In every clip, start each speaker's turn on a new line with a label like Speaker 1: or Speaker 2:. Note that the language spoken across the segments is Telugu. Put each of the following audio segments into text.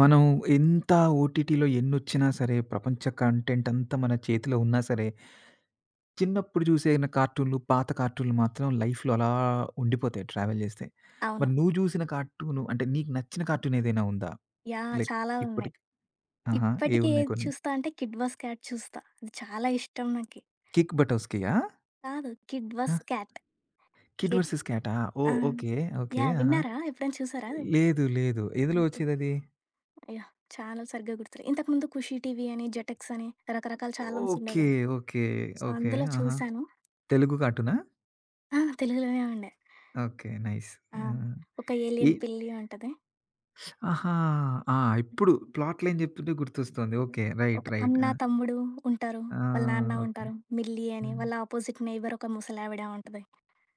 Speaker 1: మనం ఎంత ఓటీటీలో ఎన్నొచ్చినా సరే, ప్రపంచ కంటెంట్ అంతా మన చేతిలో ఉన్నా సరే, చిన్నప్పుడు చూసిన కార్టూన్‌లు, పాత కార్టూన్‌లు మాత్రం లైఫ్‌లో అలా ఉండిపోతాయి ట్రావెల్ చేస్తే. మరి
Speaker 2: అవును.
Speaker 1: నువ్వు చూసిన కార్టూను అంటే నీకు నచ్చిన కార్టూన్ ఏదైనా ఉందా?
Speaker 2: యాహ్!
Speaker 1: లైక్
Speaker 2: చాలా ఉన్నాయి.
Speaker 1: ఇప్పటికి ఆహా! ఏ
Speaker 2: ఇప్పటికి
Speaker 1: ఉన్నాయి
Speaker 2: ఏది
Speaker 1: కొన్ని?
Speaker 2: చూస్తా అంటే 'కిడ్ వస్ క్యాట్' చూస్తా. అది చాలా ఇష్టం నాకి.
Speaker 1: 'కిక్ బటోస్‌కియా'?
Speaker 2: కాదు 'కిడ్
Speaker 1: ఆ!
Speaker 2: Vs Cat'
Speaker 1: 'Kid
Speaker 2: 'Kid'
Speaker 1: versus క్యాటా'?
Speaker 2: ఆ!
Speaker 1: ఓహ్! ఓకే. ఓకే.
Speaker 2: యాహ్!
Speaker 1: ఆహా!
Speaker 2: విన్నారా? ఎప్పుడైనా చూసారా అది?
Speaker 1: లేదు. లేదు. ఎందులో వచ్చేదది?
Speaker 2: యాహ్! చాలా సరిగ్గా గుర్తులే. ఇంతకుముందు 'ఖుషి టీవీ' అని, 'జెటెక్స్' అని రకరకాల ఛానెల్స్
Speaker 1: ఓకే.
Speaker 2: ఉండేవి.
Speaker 1: ఓకే.
Speaker 2: So,
Speaker 1: okay.
Speaker 2: అందులో
Speaker 1: ఆహా!
Speaker 2: చూసాను.
Speaker 1: తెలుగు కార్టూనా?
Speaker 2: ఆ! తెలుగులోనే ఉండే.
Speaker 1: ఓకే. నైస్.
Speaker 2: ఆ!
Speaker 1: ఆ!
Speaker 2: ఒక
Speaker 1: ఈ
Speaker 2: ఏలియన్ పిల్లి ఉంటది.
Speaker 1: ఆహా! ఆ! ఇప్పుడు ప్లాట్ లైన్ చెప్తుంటే గుర్తొస్తుంది. ఓకే. రైట్.
Speaker 2: ఒక
Speaker 1: రైట్. ఆ!
Speaker 2: అన్న, తమ్ముడు ఉంటారు.
Speaker 1: ఆ!
Speaker 2: వాళ్ళ నాన్న
Speaker 1: ఓకే.
Speaker 2: ఉంటారు. మిల్లి అని
Speaker 1: హ్మ్.
Speaker 2: వాళ్ళ ఆపోజిట్ నైబర్ ఒక ముసలావిడ ఉంటది.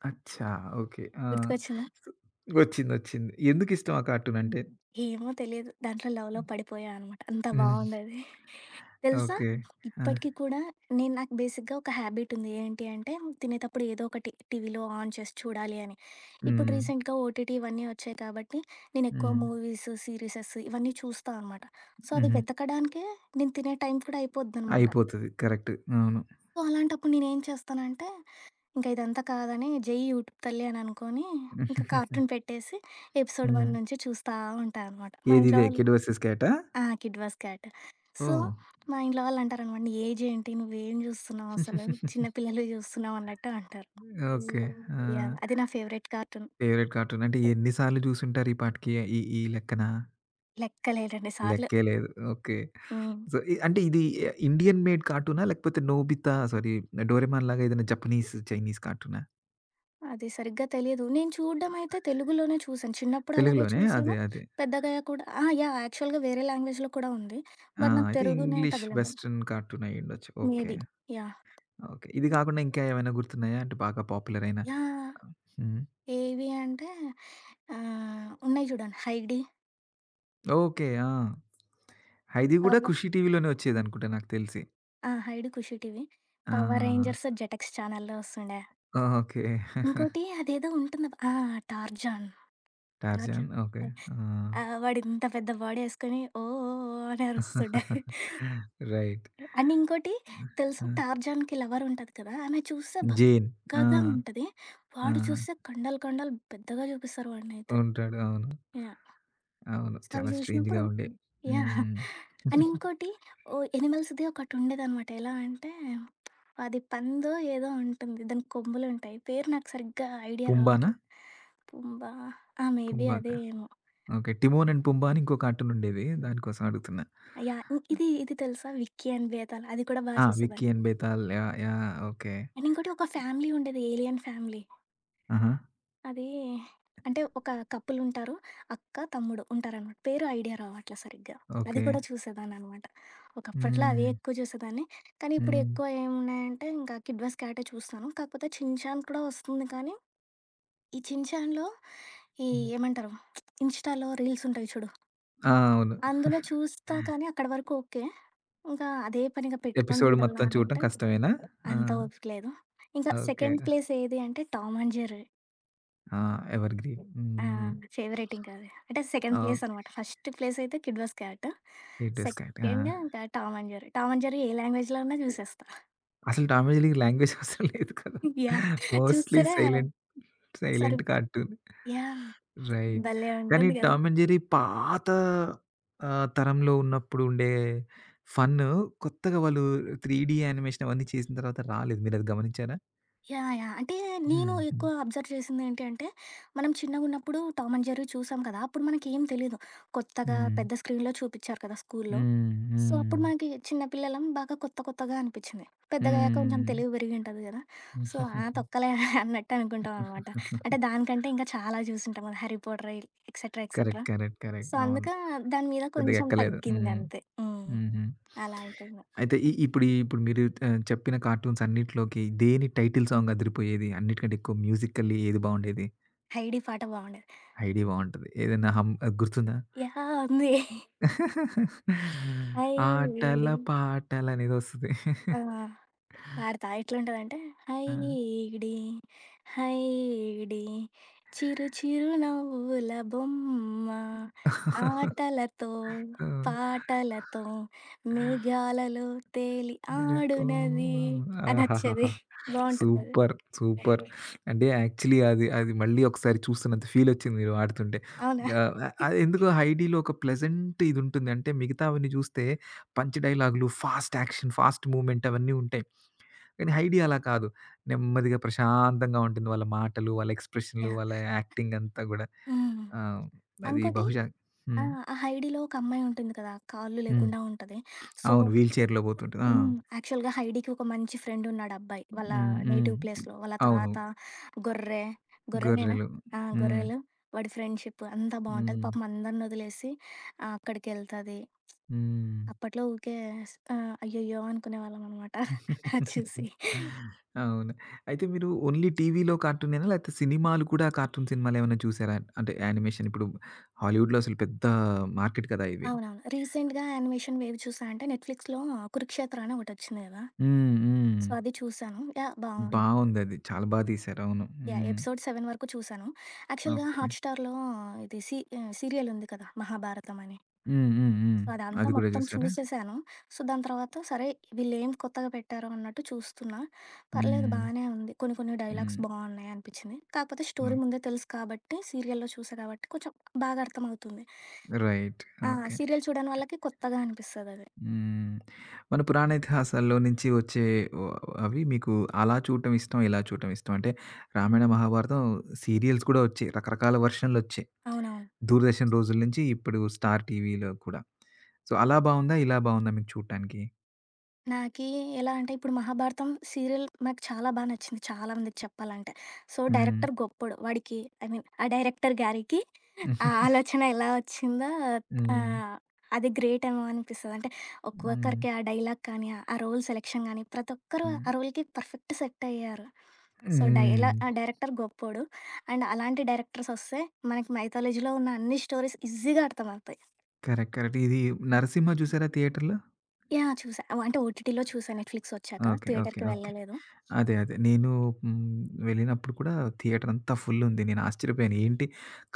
Speaker 1: అచ్చా! ఓకే. ఆ!
Speaker 2: గుర్తుకొచ్చిందా?
Speaker 1: సో వచ్చింది. వచ్చింది. ఎందుకిష్టం ఆ కార్టూన్
Speaker 2: హ్మ్.
Speaker 1: అంటే?
Speaker 2: ఏమో తెలీదు. దాంట్లో లవ్‌లో పడిపోయా అనమాట. అంత
Speaker 1: హ్మ్.
Speaker 2: బావుండేది. తెలుసా?
Speaker 1: ఓకే. ఆ!
Speaker 2: ఇప్పటికి కూడా నాకు బేసిక్‌గా ఒక హ్యాబిట్ ఉంది. ఏంటి అంటే తినేటప్పుడు ఏదో ఒకటి టీవీలో ఆన్ చేసి చూడాలి అని. ఇప్పుడు
Speaker 1: హ్మ్.
Speaker 2: రీసెంట్‌గా ఓటీటీ ఇవన్నీ వచ్చాయి కాబట్టి నేను ఎక్కువ
Speaker 1: హ్మ్.
Speaker 2: మూవీస్, సీరీసెస్ ఇవన్నీ చూస్తా అనమాట. సో, అది
Speaker 1: హుహు.
Speaker 2: వెతకడానికే నేను తినే టైం కూడా అయిపోద్దనమాట.
Speaker 1: అయిపోతది. కరెక్ట్. అవును.
Speaker 2: సో, అలాంటప్పుడు నేనేం చేస్తానంటే ఇంకా ఇదంతా కాదని జై యూట్యూబ్ తల్లి అని అనుకోని ఇంకా కార్టూన్ పెట్టేసి ఎపిసోడ్
Speaker 1: హ్మ్.
Speaker 2: 1 నుంచి చూస్తా ఉంటా అనమాట. మా ఇంట్లో
Speaker 1: ఏదిదే
Speaker 2: వాళ్ళు
Speaker 1: 'కిడ్ వర్సెస్ క్యాటా'?
Speaker 2: ఆ! Kid vs Cat. సో,
Speaker 1: ఓహ్!
Speaker 2: మా ఇంట్లో వాళ్ళంటారనమాట, "నీ ఏజ్ ఏంటి? నువ్వేం జూస్తున్నావు అసలు? చిన్న పిల్లలవి జూస్తున్నావు" అన్నట్టు అంటారు.
Speaker 1: ఓకే. ఆ!
Speaker 2: యాహ్! అది నా ఫేవరెట్ కార్టూన్.
Speaker 1: ఫేవరెట్ కార్టూన్ అంటే ఎన్ని సార్లు చూసుంటారు ఈ పాటికి ఈ ఈ లెక్కన?
Speaker 2: లెక్కలేనన్ని సార్లు.
Speaker 1: లెక్కే లేదు. ఓకే.
Speaker 2: హ్మ్.
Speaker 1: సో, ఇ అంటే ఇది ఇండియన్ మేడ్ కార్టూనా? లేకపోతే 'నోబితా' సారీ 'డోరేమాన్' లాగా ఏదైనా జపనీస్, చైనీస్ కార్టూనా?
Speaker 2: అది సరిగ్గా తెలీదు. నేను చూడ్డమయితే తెలుగులోనే చూసాను. చిన్నప్పుడు అలాగే
Speaker 1: తెలుగులోనే అదే.
Speaker 2: చూసాను.
Speaker 1: అదే.
Speaker 2: పెద్దగయ్యాక కూడా ఆ! యాహ్! యాక్చువల్‌గా వేరే లాంగ్వేజ్‌లో కూడా ఉంది.
Speaker 1: ఆ!
Speaker 2: బట్ నాకు
Speaker 1: అయితే
Speaker 2: తెలుగునే
Speaker 1: ఇంగ్లీష్
Speaker 2: తగిలింది.
Speaker 1: వెస్టర్న్ కార్టూన్ అయ్యుండొచ్చు. ఓకే.
Speaker 2: మేబీ. యాహ్!
Speaker 1: ఓకే. ఇది కాకుండా ఇంకా ఏమైనా గుర్తున్నాయా? అంటే బాగా పాపులర్ అయిన
Speaker 2: యాహ్!
Speaker 1: హ్మ్.
Speaker 2: ఏవి అంటే ఉన్నాయి జూడండి 'హైడి',
Speaker 1: ఓకే. ఆ! ఇది గూడా
Speaker 2: 'కవ్వ'.
Speaker 1: 'ఖుషి' టీవీలోనే వచ్చేదనుకుంటా నాకు తెలిసి.
Speaker 2: ఆ! 'హైడ్' 'ఖుషి టీవీ'. 'పవర్
Speaker 1: ఆ!
Speaker 2: రేంజర్స్' 'జెటెక్స్' ఛానల్‌లో వస్తుండే.
Speaker 1: ఓకే.
Speaker 2: ఇంకోటి అదేదో ఉంటుందబ్బా! ఆ! 'టార్జాన్'.
Speaker 1: 'Tarzan'
Speaker 2: 'Tarzan'
Speaker 1: okay. ఆ!
Speaker 2: ఆ! వాడింత పెద్ద బాడీ ఏసుకొని ఓ ఓ ఓ అని అరుస్తుండే.
Speaker 1: రైట్.
Speaker 2: అండ్ ఇంకోటి తెలుసా
Speaker 1: ఆ!
Speaker 2: 'టార్జాన్‌కి' లవర్ ఉంటది కదా! ఆమె చూస్తే
Speaker 1: 'జేన్'
Speaker 2: బక్కగా
Speaker 1: ఆ!
Speaker 2: ఉంటది.
Speaker 1: ఆ!
Speaker 2: వాడు చూస్తే కండలు కండలు పెద్దగా చూపిస్తారు వాడినైతే.
Speaker 1: ఉంటాడు. అవును.
Speaker 2: యాహ్!
Speaker 1: అవును.
Speaker 2: అసలు
Speaker 1: చాలా స్ట్రేంజ్‌గా
Speaker 2: జూషినప్పుడు
Speaker 1: ఉండే.
Speaker 2: యాహ్!
Speaker 1: హ్మ్.
Speaker 2: అండ్ ఇంకోటి ఓహ్! ఎనిమల్స్‌ది ఒకటుండేదనమాట. ఎలా అంటే అది పందో ఏదో ఉంటుంది. దానికి కొమ్ములుంటాయి. పేరు నాకు సరిగ్గా ఐడియా
Speaker 1: 'పుంబా'నా?
Speaker 2: రావట్లే. పుంబా ఆ! మేబీ
Speaker 1: 'పుంబా' కా?
Speaker 2: అదే ఏమో!
Speaker 1: ఓకే. 'టిమోన్ అండ్ పుంబా' అని ఇంకో కార్టూన్ ఉండేది. దానికోసం అడుగుతున్నా.
Speaker 2: యాహ్! ఇ ఇది ఇది తెలుసా 'విక్కీ అండ్ బేతాళ్' అది కూడా బా
Speaker 1: ఆ! 'విక్కీ
Speaker 2: చూసేదాన్ని.
Speaker 1: And Betal' yeah! Yeah! Okay.
Speaker 2: And ఇంకోటి ఒక ఫ్యామిలీ ఉండేది ఏలియన్ ఫ్యామిలీ.
Speaker 1: ఆహా!
Speaker 2: అది అంటే ఒక కపుల్ ఉంటారు. అక్క, తమ్ముడు ఉంటారనమాట. పేరు ఐడియా రావట్లే సరిగ్గా. అది
Speaker 1: ఓకే.
Speaker 2: కూడా చూసేదాన్ననమాట. ఒకప్పట్లో అవే
Speaker 1: హ్మ్.
Speaker 2: ఎక్కువ చూసేదాన్ని. కానీ ఇప్పుడు
Speaker 1: హ్మ్.
Speaker 2: ఎక్కువ ఏమున్నాయంటే ఇంకా 'కిడ్వాస్ క్యాటే' చూస్తాను. కాకపోతే 'చిన్ చాన్' కూడా వస్తుంది కానీ, ఈ 'చిన్ చాన్‌లో' ఈ
Speaker 1: హ్మ్.
Speaker 2: ఏమంటారు ఇన్‌స్టాలో రీల్స్ ఉంటాయి చూడు.
Speaker 1: ఆ! అవును.
Speaker 2: అందులో చూస్తా కానీ అక్కడి వరకు ఓకే. ఇంకా అదే పనిగా పెట్టుకొని
Speaker 1: ఎపిసోడ్
Speaker 2: చూడాలా
Speaker 1: మొత్తం చూడటం
Speaker 2: అనంటే
Speaker 1: కష్టమేనా? ఆ!
Speaker 2: అంత ఓపిక లేదు. ఇంకా
Speaker 1: ఓకే.
Speaker 2: సెకండ్ ప్లేస్ ఏది అంటే 'టామ్ అండ్ జెర్రీ.'
Speaker 1: ఆ! ఎవర్‌గ్రీన్.
Speaker 2: ఆ!
Speaker 1: హ్మ్.
Speaker 2: ఫేవరెట్ ఇంకా అది. అంటే సెకండ్
Speaker 1: ఓకే.
Speaker 2: ప్లేస్ అనమాట. ఫస్ట్ ప్లేస్ అయితే 'Kid vs Cat.'
Speaker 1: 'That's correct.' ఆ!
Speaker 2: సెకండ్ ఇంకా 'Tom and Jerry.' 'Tom and Jerry' ఏ లాంగ్వేజ్‌లో ఉన్నా చూసేస్తా.
Speaker 1: అసలు 'టామ్ అండ్ జెర్రీకి' లాంగ్వేజ్ అవసరం లేదు కదా!
Speaker 2: యాహ్!
Speaker 1: మోస్ట్‌లీ
Speaker 2: చూస్తేనే
Speaker 1: సైలెంట్
Speaker 2: సరి
Speaker 1: సైలెంట్ కార్టూన్.
Speaker 2: యాహ్!
Speaker 1: రైట్.
Speaker 2: భలే
Speaker 1: కానీ
Speaker 2: ఉంటుంది కదా!
Speaker 1: 'టామ్ అండ్ జెర్రీ' పాత తరంలో ఉన్నప్పుడు ఉండే ఫన్ను కొత్తగా వాళ్ళు 3D డీ యానిమేషన్ అవన్నీ చేసిన తర్వాత రాలేదు. మీరది గమనించారా?
Speaker 2: యాహ్! యాహ్! అంటే నేను
Speaker 1: హ్మ్. హ్మ్.
Speaker 2: ఎక్కువ అబ్జర్వ్ చేసిందేంటి అంటే, మనం చిన్నగున్నప్పుడు 'టామ్ అండ్ జెర్రీ' చూసాం కదా! అప్పుడు మనకేం తెలీదు. కొత్తగా
Speaker 1: హ్మ్.
Speaker 2: పెద్ద స్క్రీన్‌లో చూపిచ్చారు కదా స్కూల్లో. సో, అప్పుడు
Speaker 1: హ్మ్.
Speaker 2: మనకి చిన్న పిల్లలం బాగా కొత్త కొత్తగా అనిపిచ్చింది. పెద్దగయ్యాక కొంచెం
Speaker 1: హ్మ్.
Speaker 2: తెలివి పెరిగింటది కదా! సో, ఆ! తొక్కలే అన్నట్టు అనుకుంటామనమాట. అంటే దానికంటే ఇంకా చాలా చూసుంటాం కదా 'Harry Potter' etcetera,
Speaker 1: correct.
Speaker 2: Etcetera.
Speaker 1: Correct.
Speaker 2: So,
Speaker 1: correct. అవును.
Speaker 2: అందుక దాని మీద
Speaker 1: పెద్దగా
Speaker 2: కొంచెం
Speaker 1: ఎక్కలేదు. హ్మ్.
Speaker 2: తగ్గిందంతే. హ్మ్.
Speaker 1: హుహు.
Speaker 2: అలా అయిపోయింది.
Speaker 1: అయితే ఇప్పుడు మీరు చెప్పిన కార్టూన్స్ అన్నిట్లోకి దేని టైటిల్ సాంగ్ అదిరిపోయేది? అన్నిటికంటే ఎక్కువ మ్యూజికల్లీ ఏది బావుండేది?
Speaker 2: 'హైడీ' పాట బావుండేది.
Speaker 1: ఐడి బావుంటది. ఏదైనా హం అది గుర్తుందా?
Speaker 2: యాహ్! ఉంది.
Speaker 1: ఆటల
Speaker 2: హైడి
Speaker 1: పాటలనేదో ఒస్తది.
Speaker 2: ఆ! పాడతా. ఎట్లుంటదంటే,
Speaker 1: ఆ!
Speaker 2: హైడి హైడి చిరు చిరు నవ్వుల బొమ్మ, ఆటలతో
Speaker 1: ఆ!
Speaker 2: పాటలతో మేఘాలలో తేలి ఆడునది
Speaker 1: వెళ్ళిపోను.
Speaker 2: అనొచ్చేది.
Speaker 1: ఆహాహాహా!
Speaker 2: సూప్ బావుంటుందది.
Speaker 1: సూపర్. సూపర్. అంటే యాక్చువల్లీ అది అది మళ్ళీ ఒకసారి చూస్తున్నంత ఫీల్ వచ్చింది మీరు పాడుతుంటే.
Speaker 2: అవునా?
Speaker 1: ఆహ్, ఆహ్, ఎందుకో 'హైడీలో' ఒక ప్లెజెంట్ ఇది ఉంటుంది. అంటే మిగతావన్నీ చూస్తే పంచ్ డైలాగులు, ఫాస్ట్ యాక్షన్, ఫాస్ట్ మూవ్‌మెంట్ అవన్నీ ఉంటాయి. కానీ 'హైడీ' అలా కాదు. నెమ్మదిగా ప్రశాంతంగా ఉంటుంది. వాళ్ళ మాటలు, వాళ్ళ ఎక్స్‌ప్రెషన్‌లు, వాళ్ళ
Speaker 2: యాహ్!
Speaker 1: యాక్టింగ్ అంతా గూడా.
Speaker 2: హ్మ్.
Speaker 1: ఆ! అది
Speaker 2: ఇంకోటి
Speaker 1: బహుశా
Speaker 2: ఆ!
Speaker 1: హ్మ్.
Speaker 2: ఆ హైడీలో ఒక అమ్మాయి ఉంటుంది కదా! కాళ్ళు
Speaker 1: హ్మ్.
Speaker 2: లేకుండా ఉంటది. సో
Speaker 1: అవును. వీల్ చైర్‌లో పోతుంటది. ఆ!
Speaker 2: హ్మ్. యాక్చువల్‌గా 'హైడీకి' ఒక మంచి ఫ్రెండున్నాడు అబ్బాయి. వాళ్ళ
Speaker 1: హ్మ్. హ్మ్.
Speaker 2: నేటివ్ ప్లేస్‌లో. వాళ్ళ
Speaker 1: అవును.
Speaker 2: తాత గొర్రె, గొర్రెనేనా?
Speaker 1: గొర్రెలు.
Speaker 2: ఆ!
Speaker 1: హ్మ్.
Speaker 2: గొర్రెలు, వాడి ఫ్రెండ్‌షిప్ అంతా బావుంటది.
Speaker 1: హ్మ్.
Speaker 2: పాపం అందరినొదిలేసి అక్కడికెళ్తది.
Speaker 1: హ్మ్.
Speaker 2: అప్పట్లో ఊకే అయ్యయ్యో! అనుకునేవాళ్ళమనమాట అది చూసి.
Speaker 1: అవును. అయితే మీరు ఓన్లీ టీవీలో కార్టూనేనా? లేకపోతే సినిమాలు కూడా కార్టూన్ సినిమాలేమన్నా చూసారా? అంటే యానిమేషన్ ఇప్పుడు హాలీవుడ్‌లో అసలు పెద్ద మార్కెట్ కదా ఇవి.
Speaker 2: అవునవును. రీసెంట్‌గా యానిమేషన్ వేవి చూసా అంటే నెట్‌ఫ్లిక్స్‌లో 'కురుక్షేత్ర' అని ఒకటొచ్చింది గదా!
Speaker 1: హ్మ్. హ్మ్.
Speaker 2: సో, అది చూసాను. యాహ్! బావుంది.
Speaker 1: బావుందది. చాలా బా తీశారు. అవును.
Speaker 2: యాహ్!
Speaker 1: హ్మ్.
Speaker 2: ఎపిసోడ్ 7 వరకు చూసాను. యాక్చువల్‌గా
Speaker 1: ఓకే.
Speaker 2: హాట్‌స్టార్‌లో సీరియలుంది కదా! 'మహాభారతం' అని.
Speaker 1: హ్మ్. హ్మ్. హ్మ్.
Speaker 2: సో అదంతా
Speaker 1: అది కూడా
Speaker 2: మొత్తం
Speaker 1: చూసారా?
Speaker 2: చూసేసాను. సో, దాని తర్వాత సరే వీళ్ళేం కొత్తగా పెట్టారో అన్నట్టు చూస్తున్నా. పర్లేదు
Speaker 1: హ్మ్.
Speaker 2: బానే ఉంది. కొన్ని కొన్ని
Speaker 1: హ్మ్.
Speaker 2: డైలాగ్స్ బావున్నాయి అనిపిచ్చింది. కాకపోతే స్టోరీ
Speaker 1: హ్మ్.
Speaker 2: ముందే తెలుసు కాబట్టి సీరియల్‌లో చూసా కాబట్టి కొంచెం బాగా అర్థమవుతుంది.
Speaker 1: రైట్.
Speaker 2: ఆ!
Speaker 1: ఓకే.
Speaker 2: సీరియల్ చూడని వాళ్ళకి కొత్తగా అనిపిస్తదది.
Speaker 1: హ్మ్. మన పురాణ ఇతిహాసాల్లో నుంచి వచ్చే వ అవి మీకు అలా చూడటం ఇష్టం, ఇలా చూడటం ఇష్టం. అంటే రామాయణ, మహాభారతం సీరియల్స్ కూడా వచ్చాయి. రకరకాల వెర్షన్‌లొచ్చాయి.
Speaker 2: అవునవును.
Speaker 1: దూరదర్శన్ రోజుల నుంచి ఇప్పుడు స్టార్ టీవీలో కూడా. సో, అలా బావుందా? ఇలా బావుందా మీకు చూడటానికి?
Speaker 2: నాకీ ఎలా అంటే, ఇప్పుడు 'మహాభారతం' సీరియల్ నాకు చాలా బా నచ్చింది చాలా మందికి చెప్పాలంటే. సో,
Speaker 1: హ్మ్.
Speaker 2: డైరెక్టర్ గొప్పోడు. వాడికి ఐ మీన్ ఆ డైరెక్టర్ గారికి ఆ ఆలోచన ఎలా వచ్చిందో
Speaker 1: హ్మ్.
Speaker 2: ఆహ్, అది గ్రేట్ ఏమో అనిపిస్తది. అంటే
Speaker 1: హ్మ్.
Speaker 2: ఒక్కొక్కరికి ఆ డైలాగ్ కానీ, ఆ రోల్ సెలెక్షన్ గానీ, ప్రతి ఒక్కరు
Speaker 1: హ్మ్.
Speaker 2: ఆ రోల్‌కి పర్ఫెక్ట్ సెట్ అయ్యారు. సో,
Speaker 1: హ్మ్.
Speaker 2: ఆ డైరెక్టర్ గొప్పోడు. అండ్ అలాంటి డైరెక్టర్స్ వస్తే మనకి మైథాలజీలో ఉన్న అన్ని స్టోరీస్ ఈజీగా అర్థమవుతాయి.
Speaker 1: కరెక్ట్. కరెక్ట్. ఇది 'నరసింహ' చూసారా థియేటర్‌లో?
Speaker 2: యాహ్! చూసా. అంటే ఓటీటీలో చూసా 'నెట్‌ఫ్లిక్స్' వచ్చాక.
Speaker 1: ఓకే. ఓకే.
Speaker 2: థియేటర్‌కి
Speaker 1: ఓకే.
Speaker 2: వెళ్ళలేదు.
Speaker 1: అదే. అదే. నేను హ్మ్. వెళ్ళినప్పుడు కూడా థియేటర్ అంతా ఫుల్లుంది. నేను ఆశ్చర్యపోయాను. ఏంటి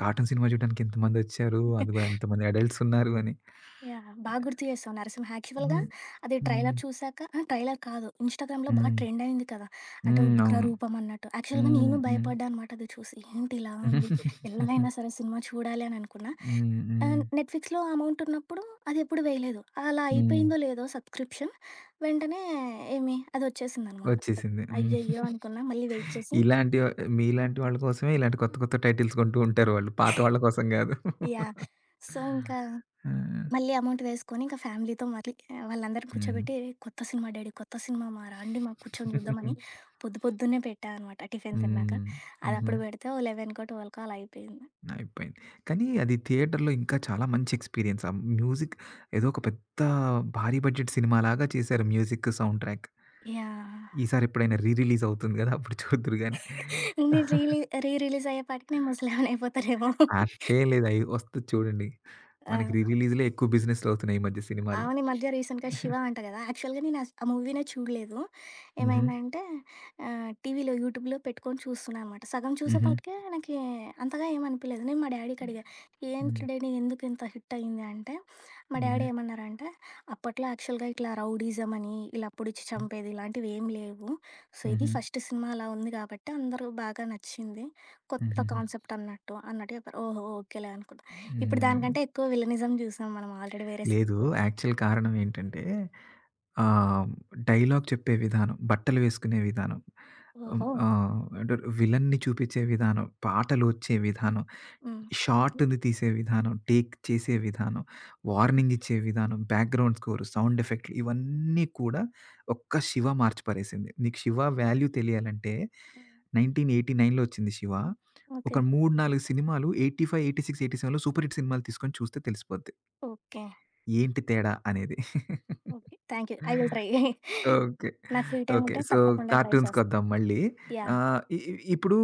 Speaker 1: కార్టూన్ సినిమా చూడడానికి ఇంతమందొచ్చారు. అది గూడా ఇంతమంది అడల్ట్స్ ఉన్నారు అని.
Speaker 2: యాహ్! బాగా గుర్తు
Speaker 1: యాహ్!
Speaker 2: చేసావు. 'నరసింహ' యాక్చువల్‌గా
Speaker 1: హ్మ్.
Speaker 2: అది
Speaker 1: హ్మ్.
Speaker 2: ట్రైలర్ చూసాక అహా! ట్రైలర్ కాదు. ఇన్‌స్టాగ్రామ్‌లో బాగా
Speaker 1: హ్మ్.
Speaker 2: ట్రెండ్ అయింది కదా! అంటే హ్మ్.
Speaker 1: హ్మ్.
Speaker 2: ఉగ్ర
Speaker 1: అవును.
Speaker 2: రూపం అన్నట్టు. యాక్చువల్‌గా
Speaker 1: హ్మ్.
Speaker 2: నేను
Speaker 1: హ్మ్.
Speaker 2: భయపడ్డా అనమాట అది చూసి. ఏంటి ఇలా ఉంది? ఎలా అయినా సరే సినిమా చూడాలి అని అనుకున్నా.
Speaker 1: హ్మ్. హ్మ్.
Speaker 2: నెట్‌ఫ్లిక్స్‌లో అమౌంట్ ఉన్నప్పుడు అది ఎప్పుడు వేయలేదు. అలా
Speaker 1: హ్మ్.
Speaker 2: అయిపోయిందో లేదో సబ్‌స్క్రిప్షన్ వెంటనే ఏమి అదొచ్చేసిందనమాట.
Speaker 1: వచ్చేసింది. హ్మ్.
Speaker 2: అయ్యయ్యో! అనుకున్నా. మళ్ళీ వెయిట్ చేసి
Speaker 1: ఇలాంటి వ మీలాంటి వాళ్ళ కోసమే ఇలాంటి కొత్త కొత్త టైటిల్స్ కొంటూ ఉంటారు వాళ్ళు. పాత వాళ్ళ కోసం గాదు.
Speaker 2: యాహ్! సో, ఇంకా
Speaker 1: ఆ!
Speaker 2: మళ్ళీ అమౌంట్ వేసుకొని ఇంకా ఫ్యామిలీతో మళ్ళీ వాళ్ళందరిని
Speaker 1: హ్మ్.
Speaker 2: కూర్చోబెట్టి "కొత్త సినిమా డాడీ, కొత్త సినిమా మా రండి మా కూర్చొని
Speaker 1: హ్మ్.
Speaker 2: చూద్దామని" పొద్దు పొద్దున్నే పెట్టా అనమాట టిఫిన్ తిన్నాక.
Speaker 1: హ్మ్. హుహు.
Speaker 2: అది అప్పుడు పెడితే ఓ 11కో, 12కో అలా అయిపోయింది.
Speaker 1: అయిపోయింది. కానీ అది థియేటర్‌లో ఇంకా చాలా మంచి ఎక్స్‌పీరియన్స్. ఆ మ్యూజిక్ ఏదో ఒక పెద్ద భారీ బడ్జెట్ సినిమాలాగా చేశారు మ్యూజిక్, సౌండ్ ట్రాక్.
Speaker 2: యాహ్!
Speaker 1: ఈసారి ఎప్పుడైనా రీ రిలీజ్ అవుతుంది గదా! అప్పుడు చూద్దురు గానీ.
Speaker 2: నేను రీలీ రీ రిలీజ్ అయ్యేపాటికి నేను ముసలామెనయిపోతానేమో.
Speaker 1: అట్లేం లేదు. అయి వస్తది చూడండి. మనకి రీ
Speaker 2: ఆ!
Speaker 1: రిలీజ్‌లే ఎక్కువ బిజినెస్‌లు అవుతున్నాయి ఈ మధ్య సినిమాల్లో.
Speaker 2: అవును. ఈ మధ్య రీసెంట్‌గా 'శివ' అంట కదా! యాక్చువల్‌గా నేను అస్ ఆ మూవీనే చూడలేదు.
Speaker 1: హుహు.
Speaker 2: ఏమైందంటే టీవీలో, యూట్యూబ్‌లో పెట్టుకొని చూస్తున్నా అనమాట. సగం
Speaker 1: హుహు.
Speaker 2: చూసేపాటికే నాకీ అంతగా ఏమనిపియలేదు. నేను మా డాడీకి అడిగా,
Speaker 1: హ్మ్.
Speaker 2: "ఏంటి డాడీ ఎందుకు ఇంత హిట్ అయింది" అంటే, మా
Speaker 1: హుహు.
Speaker 2: డాడీ ఏమన్నారంటే, "అప్పట్లో యాక్చువల్‌గా ఇట్లా రౌడీజం అని, ఇలా పొడిచి చంపేది ఇలాంటివి ఏం లేవు. సో, ఇది
Speaker 1: హుహు.
Speaker 2: ఫస్ట్ సినిమా అలా ఉంది కాబట్టి అందరూ బాగా నచ్చింది. కొత్త
Speaker 1: హుహుహు.
Speaker 2: కాన్సెప్ట్ అన్నట్టు" అన్నట్టు చెప్పారు. ఓహో! ఓకేలే అనుకున్నా. ఇప్పుడు
Speaker 1: హ్మ్.
Speaker 2: దానికంటే ఎక్కువ విలనిజం చూసాం మనం ఆల్రెడీ వేరే
Speaker 1: లేదు.
Speaker 2: సినిమాలో.
Speaker 1: యాక్చువల్ కారణం ఏంటంటే ఆ! డైలాగ్ చెప్పే విధానం, బట్టలు వేసుకునే విధానం, హ్మ్,
Speaker 2: ఓహో!
Speaker 1: ఆహ్, అంటే విలన్‌ని చూపించే విధానం, పాటలు వచ్చే విధానం,
Speaker 2: హ్మ్. హ్మ్.
Speaker 1: షాట్‌ని తీసే విధానం, టేక్ చేసే విధానం, వార్నింగ్ ఇచ్చే విధానం, బ్యాక్‌గ్రౌండ్ స్కోర్, సౌండ్ ఎఫెక్ట్‌లు ఇవన్నీ కూడా ఒక్క 'శివ' మార్చి పారేసింది. నీకు 'శివ' వాల్యూ తెలియాలంటే
Speaker 2: హ్మ్.
Speaker 1: 1989లో వచ్చింది 'శివ'. ఒక
Speaker 2: ఓకే.
Speaker 1: 3, 4 సినిమాలు 85, 86, 87లో సూపర్ హిట్ సినిమాలు తీసుకొని చూస్తే తెలిసిపోద్ది.
Speaker 2: ఓకే.
Speaker 1: ఏంటి తేడా అనేది.
Speaker 2: Okay. Thank you. I will try.
Speaker 1: Okay.
Speaker 2: నా ఫ్రీ టైమ్
Speaker 1: ఓకే.
Speaker 2: ఉంటే
Speaker 1: సో,
Speaker 2: తప్పకుండా ట్రై చేస్తా.
Speaker 1: కార్టూన్స్‌కొద్దాం మళ్ళీ.
Speaker 2: యాహ్!
Speaker 1: ఆహ్, ఇ ఇ ఇప్పుడు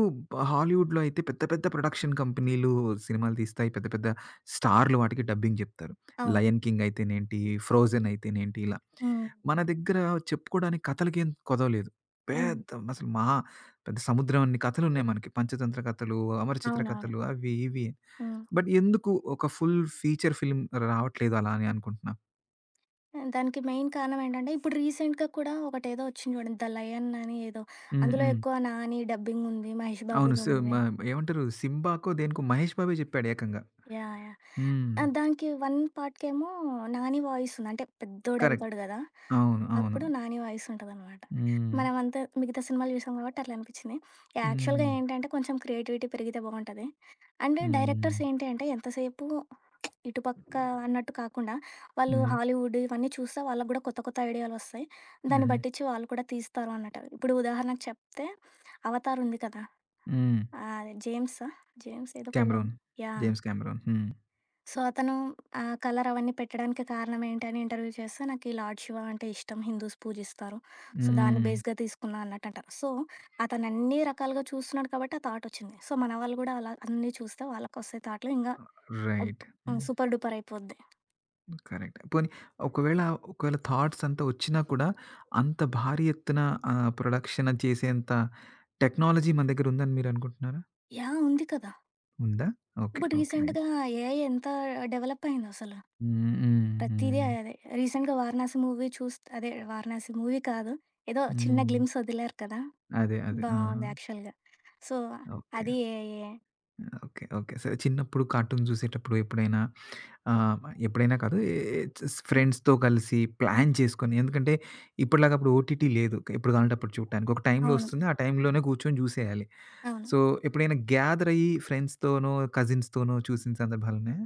Speaker 1: హాలీవుడ్‌లో అయితే పెద్ద పెద్ద ప్రొడక్షన్ కంపెనీలు సినిమాలు తీస్తాయి. పెద్ద పెద్ద స్టార్లు వాటికి డబ్బింగ్ చెప్తారు.
Speaker 2: అవును.
Speaker 1: 'లయన్ కింగ్' అయితేనేంటి, 'ఫ్రోజెన్' అయితేనేంటి ఇలా.
Speaker 2: హ్మ్.
Speaker 1: మన దగ్గర చెప్పుకోవడానికి కథలకేం కొదవలేదు.
Speaker 2: హ్మ్.
Speaker 1: పెద్ద అసలు మహా పెద్ద సముద్రం అన్ని కథలున్నాయి మనకి. 'పంచతంత్ర' కథలు, 'అమరచిత్ర'
Speaker 2: అవునవును.
Speaker 1: కథలు అవి ఇవి.
Speaker 2: హ్మ్.
Speaker 1: బట్ ఎందుకు ఒక ఫుల్ ఫీచర్ ఫిల్మ్ రావట్లేదు అలా అని అనుకుంటున్నా?
Speaker 2: దానికి మెయిన్ కారణం ఏంటంటే, ఇప్పుడు రీసెంట్‌గా కూడా ఒకటేదో వచ్చింది చూడండి. 'ద లయన్' అని ఏదో.
Speaker 1: హ్మ్.
Speaker 2: అందులో
Speaker 1: హ్మ్.
Speaker 2: ఎక్కువ 'నాని' డబ్బింగ్ ఉంది. 'మహేష్
Speaker 1: అవును.
Speaker 2: బాబుది'
Speaker 1: సో, మ
Speaker 2: ఉంది.
Speaker 1: ఏమంటారు 'సింబా'కో దేనికో మహేష్ బాబే చెప్పాడు ఏకంగా.
Speaker 2: యాహ్! యాహ్!
Speaker 1: హ్మ్.
Speaker 2: దానికి వన్ పార్ట్‌కేమో 'నాని' వాయిస్ ఉంది. అంటే
Speaker 1: కరెక్ట్.
Speaker 2: పెద్దోడవుతాడు గదా!
Speaker 1: అవును. అవును.
Speaker 2: అప్పుడు నాని వాయిస్ ఉంటదనమాట.
Speaker 1: హ్మ్.
Speaker 2: మనమంతా మిగతా సినిమాలు చూసాం కాబట్టి అట్లా అనిపిచ్చింది. యాక్చువల్‌గా
Speaker 1: హ్మ్.
Speaker 2: ఏంటంటే కొంచెం క్రియేటివిటీ పెరిగితే బావుంటది. అండ్
Speaker 1: హ్మ్.
Speaker 2: డైరెక్టర్స్ ఏంటి అంటే ఎంతసేపు ఇటు పక్క అన్నట్టు కాకుండా వాళ్ళు
Speaker 1: హుహు.
Speaker 2: హాలీవుడ్ ఇవన్నీ చూస్తే వాళ్ళకి గూడా కొత్త కొత్త ఐడియాలొస్తాయి. దాన్ని
Speaker 1: హుహు.
Speaker 2: బట్టిచ్చి వాళ్ళు కూడా తీస్తారు అన్నట్టు. ఇప్పుడు ఉదాహరణకు చెప్తే 'అవతార్' ఉంది కదా!
Speaker 1: హ్మ్.
Speaker 2: ఆహ్, జేమ్సా? జేమ్స్ ఏదో
Speaker 1: 'కామెరూన్'
Speaker 2: పేరుంది. యాహ్!
Speaker 1: 'James Cameron.' హ్మ్.
Speaker 2: సో, అతను ఆ కలర్ అవన్నీ పెట్టడానికి కారణం ఏంటి అని ఇంటర్వ్యూ చేస్తే, నాకు ఈ లార్డ్ శివ అంటే ఇష్టం. హిందూస్ పూజిస్తారు. సో, దాన్ని
Speaker 1: హ్మ్.
Speaker 2: బేస్‌గా తీసుకున్నా అన్నట్టు అంటారు. సో, అతను అన్ని రకాలుగా చూస్తున్నాడు కాబట్టి ఆ థాట్ వచ్చింది. సో, మన వాళ్ళు కూడా అలా అన్నీ చూస్తే వాళ్ళకొస్తాయి థాట్‌లు. ఇంగా
Speaker 1: రైట్.
Speaker 2: హ్మ్.
Speaker 1: హ్మ్.
Speaker 2: సూపర్ డూపర్ అయిపోద్ది.
Speaker 1: కరెక్ట్. పోనీ ఒకవేళ, ఒకవేళ థాట్స్ అంతా వచ్చినా కూడా అంత భారీ ఎత్తున ప్రొడక్షన్ చేసేంత టెక్నాలజీ మన దగ్గర ఉందని మీరు అనుకుంటున్నారా?
Speaker 2: యాహ్! ఉంది కదా!
Speaker 1: ఉందా? ఓకే.
Speaker 2: ఇప్పుడు
Speaker 1: ఓకే.
Speaker 2: రీసెంట్‌గా ఏఐ ఎంత డెవలప్ అయిందో అసలు.
Speaker 1: హ్మ్. హ్మ్.
Speaker 2: ప్రతీదీ
Speaker 1: హ్మ్.
Speaker 2: అదే. రీసెంట్‌గా 'వారణాసి' మూవీ చూస్ అదే 'వారణాసి' మూవీ కాదు. ఏదో చిన్న
Speaker 1: హ్మ్.
Speaker 2: గ్లిమ్స్ వదిలారు కదా!
Speaker 1: అదే. అదే. ఆ!
Speaker 2: బావుంది యాక్చువల్‌గా. So,
Speaker 1: okay.
Speaker 2: అది ఏఐయే.
Speaker 1: ఓకే. ఓకే. సరే చిన్నప్పుడు కార్టూన్ చూసేటప్పుడు ఎప్పుడైనా ఆహ్, ఎప్పుడైనా కాదు ఏ ఏ స్ ఫ్రెండ్స్‌తో కలిసి ప్లాన్ చేసుకొని ఎందుకంటే ఇప్పటిలాగా అప్పుడు ఓటీటీ లేదు. ఎప్పుడు కావాలంటే అప్పుడు చూడటానికి. ఒక టైంలో
Speaker 2: అవును.
Speaker 1: వస్తుంది. ఆ టైంలోనే కూర్చొని చూసేయాలి.
Speaker 2: అవును.
Speaker 1: సో, ఎప్పుడైనా గ్యాదర్ అయ్యి ఫ్రెండ్స్‌తోనో, కజిన్స్‌తోనో చూసిన సందర్భాలున్నాయా?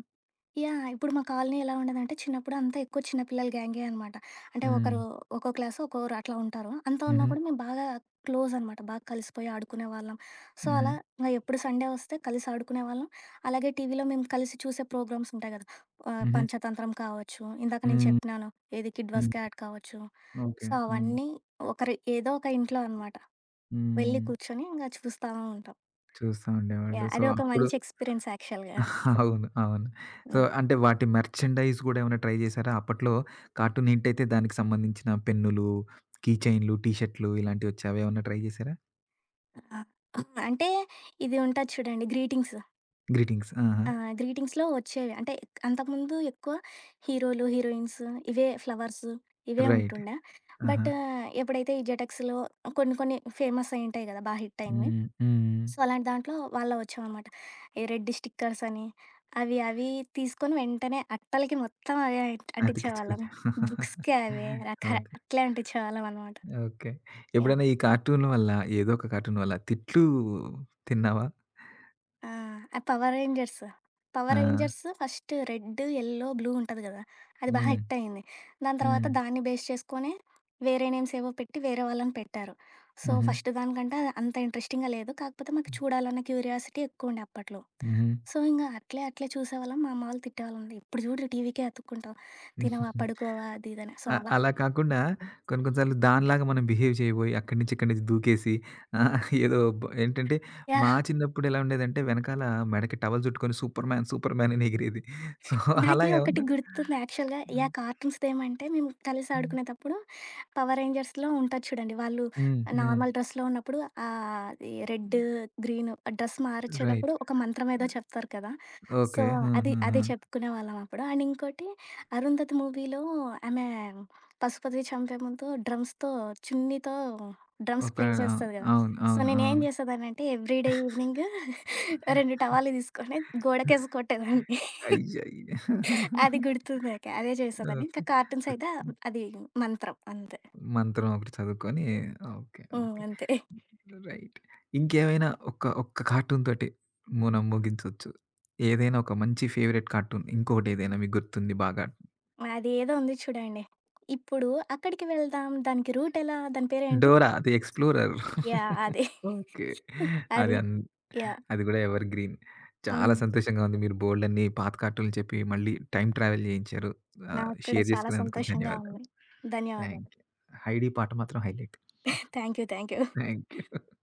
Speaker 2: యాహ్! ఇప్పుడు మా కాలనీ ఎలా ఉండేదంటే చిన్నప్పుడు అంతా ఎక్కువ చిన్న పిల్లల గ్యాంగే అనమాట. అంటే
Speaker 1: హ్మ్.
Speaker 2: ఒకరు ఒక్కో క్లాసు ఒక్కోరు అట్లా ఉంటారు. అంతా ఉన్నా
Speaker 1: హుహు.
Speaker 2: కూడా మేము బాగా క్లోజ్ అనమాట. బాగా కలిసిపోయి ఆడుకునేవాళ్ళం. సో,
Speaker 1: హుహు.
Speaker 2: అలా ఇంగ ఎప్పుడు సండే వస్తే కలిసి ఆడుకునేవాళ్ళం. అలాగే టీవీలో మేము కలిసి చూసే ప్రోగ్రామ్స్ ఉంటాయి కదా!
Speaker 1: హుహు.
Speaker 2: పంచతంత్రం కావచ్చు, ఇందాక నేను
Speaker 1: హ్మ్.
Speaker 2: చెప్పినాను ఏది కిడ్ వస్
Speaker 1: హ్మ్.
Speaker 2: క్యాట్ కావచ్చు.
Speaker 1: ఓకే.
Speaker 2: సో,
Speaker 1: హ్మ్.
Speaker 2: అవన్నీ ఒకరి ఏదో ఒక ఇంట్లో అనమాట. వెళ్ళి
Speaker 1: హ్మ్.
Speaker 2: కూర్చొని ఇంగ చూస్తా ఉంటాం.
Speaker 1: చూస్తా ఉండేవాళ్ళు.
Speaker 2: యాహ్!
Speaker 1: సో,
Speaker 2: అది ఒక
Speaker 1: అప్పుడు
Speaker 2: మంచి ఎక్స్‌పీరియన్స్ యాక్చువల్‌గా.
Speaker 1: అవును. అవును. సో,
Speaker 2: హ్మ్.
Speaker 1: అంటే వాటి మెర్చండైజ్ గూడా ఏమైనా ట్రై జేశారా? అప్పట్లో కార్టూన్ హిట్ అయితే దానికి సంబంధించిన పెన్నులు, కీ చైన్‌లు, టీ షర్ట్‌లు ఇలాంటివొచ్చాయి. అవేమన్నా ట్రై జేశారా?
Speaker 2: ఆ! అంటే ఇది ఉంటది చూడండి గ్రీటింగ్స్.
Speaker 1: గ్రీటింగ్స్. ఆహా!
Speaker 2: ఆ! గ్రీటింగ్స్‌లో వచ్చేవి. అంటే అంతకుముందు ఎక్కువ హీరోలు, హీరోయిన్స్ ఇవే ఫ్లవర్స్ ఇవే
Speaker 1: రైట్.
Speaker 2: ఉంటుండే.
Speaker 1: ఆహా!
Speaker 2: బట్ ఎప్పుడైతే ఈ జెటెక్స్‌లో కొన్ని కొన్ని ఫేమస్ అయ్యుంటాయి కదా! బాగా హిట్ అయినవి.
Speaker 1: హ్మ్. హ్మ్.
Speaker 2: సో, అలాంటి దాంట్లో వాళ్ళవి వచ్చావనమాట. ఈ రెడ్ స్టిక్కర్స్ అని అవి అవి తీసుకొని వెంటనే అట్టలకి మొత్తం అవే అంటించేవాళ్ళం.
Speaker 1: అతికించుకుని.
Speaker 2: బుక్స్‌కి అవే రక
Speaker 1: ఓకే.
Speaker 2: అట్లే అంటించేవాళ్ళం అనమాట.
Speaker 1: ఓకే.
Speaker 2: యాహ్!
Speaker 1: ఎప్పుడైనా ఈ కార్టూన్ వల్ల ఏదో ఒక కార్టూన్ వల్ల తిట్లు తిన్నావా?
Speaker 2: ఆ! ఆ 'పవర్ రేంజర్స్'.
Speaker 1: ఆ!
Speaker 2: 'Power Rangers' first red, yellow, blue ఉంటది గదా! అది బా
Speaker 1: హ్మ్.
Speaker 2: హిట్ అయింది. దాని తర్వాత
Speaker 1: హ్మ్.
Speaker 2: దాన్ని బేస్ చేసుకొని వేరే నేమ్స్ ఏవో పెట్టి వేరే వాళ్ళని పెట్టారు. సో,
Speaker 1: హుహు.
Speaker 2: ఫస్ట్ దానికంటే అంత ఇంట్రెస్టింగ్‌గా లేదు. కాకపోతే మాకు చూడాలన్న క్యూరియాసిటీ ఎక్కువుండే అప్పట్లో.
Speaker 1: హ్మ్.
Speaker 2: సో, ఇంగ అట్లే అట్లే చూసేవాళ్ళం. మా అమ్మ వాళ్ళు తిట్టేవాళ్ళంది. "ఎప్పుడు చూడు టీవీకే అతుక్కుంటావు. తినవా,
Speaker 1: హుహు.
Speaker 2: పడుకోవా" అది ఇది అని. సో,
Speaker 1: ఆ!
Speaker 2: అలా
Speaker 1: అలా కాకుండా కొన్ని కొన్ని సార్లు దానిలాగా మనం బిహేవ్ చేయబోయి అక్కడి నుంచి ఇక్కడి నుంచి దూకేసి ఆహ్, ఏదో బ ఏంటంటే మా
Speaker 2: యాహ్!
Speaker 1: చిన్నప్పుడు ఎలా ఉండేదంటే వెనకాల మెడకి టవల్ చుట్టుకొని సూపర్ మ్యాన్, సూపర్ మ్యాన్ అని ఎగిరేది. సో, అలా
Speaker 2: నాకి ఒకటి
Speaker 1: ఏమన్నా
Speaker 2: గుర్తుంది యాక్చువల్‌గా.
Speaker 1: హ్మ్.
Speaker 2: యాహ్! కార్టూన్స్‌దేమంటే మేము కలిసి
Speaker 1: హ్మ్.
Speaker 2: ఆడుకునేటప్పుడు పవర్ రేంజర్స్‌లో ఉంటారు చూడండి. వాళ్ళు
Speaker 1: హ్మ్. హ్మ్.
Speaker 2: నార్మల్ డ్రెస్‌లో ఉన్నప్పుడు అది రెడ్, గ్రీన్ డ్రెస్
Speaker 1: రైట్.
Speaker 2: మార్చేటప్పుడు ఒక మంత్రం ఏదో చెప్తారు కదా! So,
Speaker 1: okay. హ్మ్.
Speaker 2: అది
Speaker 1: హ్మ్.
Speaker 2: అది
Speaker 1: హ్మ్.
Speaker 2: చెప్పుకునేవాళ్ళం అప్పుడు. అండ్ ఇంకోటి 'అరుంధతి' మూవీలో ఆమె పశుపతి చంపే ముందు డ్రమ్స్‌తో చున్నీతో డ్రమ్స్
Speaker 1: ఒక
Speaker 2: ప్లే
Speaker 1: ఆ!
Speaker 2: చేస్తది కదా!
Speaker 1: అవును.
Speaker 2: సో,
Speaker 1: అవును.
Speaker 2: నేనేం
Speaker 1: అవును.
Speaker 2: చేసేదాన్నంటే ఎవ్రీ డే ఈవినింగ్ 2 టవాలు తీసుకొని గోడకేసి కొట్టేదాన్ని.
Speaker 1: అయ్యయ్యో!
Speaker 2: అది గుర్తుంది నాకు. అదే చేసేదాన్ని.
Speaker 1: ఓకే.
Speaker 2: ఇంకా
Speaker 1: సో
Speaker 2: కార్టూన్స్ అయితే అది మంత్రం అంతే.
Speaker 1: మంత్రం ఒకటి చదువుకొని ఓకే.
Speaker 2: హ్మ్.
Speaker 1: ఓకే.
Speaker 2: అంతే.
Speaker 1: రైట్. ఇంకేమైనా ఒక్క ఒక్క కార్టూన్ తోటి మనం ముగించొచ్చు. ఏదైనా ఒక మంచి ఫేవరెట్ కార్టూన్ ఇంకొకటేదైనా మీకు గుర్తుంది బాగా?
Speaker 2: అదేదో ఉంది చూడండి. ఇప్పుడు అక్కడికి వెళ్దాం. దానికి రూట్ ఎలా? దాని పేరేంటి?
Speaker 1: 'Dora the Explorer.'
Speaker 2: యాహ్! అదే.
Speaker 1: ఓకే. అది
Speaker 2: అది.
Speaker 1: అన్
Speaker 2: యాహ్!
Speaker 1: అది గూడా ఎవర్ గ్రీన్. చాలా
Speaker 2: హ్మ్.
Speaker 1: సంతోషంగా ఉంది. మీరు బోలెడన్ని పాత కార్టూన్లు చెప్పి మళ్ళీ టైమ్ ట్రావెల్ చేయించారు.
Speaker 2: నాకు కూడా
Speaker 1: షేర్
Speaker 2: చాలా
Speaker 1: చేసుకున్నందుకు
Speaker 2: సంతోషంగా
Speaker 1: ధన్యవాదాలు.
Speaker 2: ఉంది. ధన్యవాదాలు.
Speaker 1: Thank you. 'హైడీ' పాట మాత్రం highlight.
Speaker 2: Thank you. Thank you.
Speaker 1: Thank you.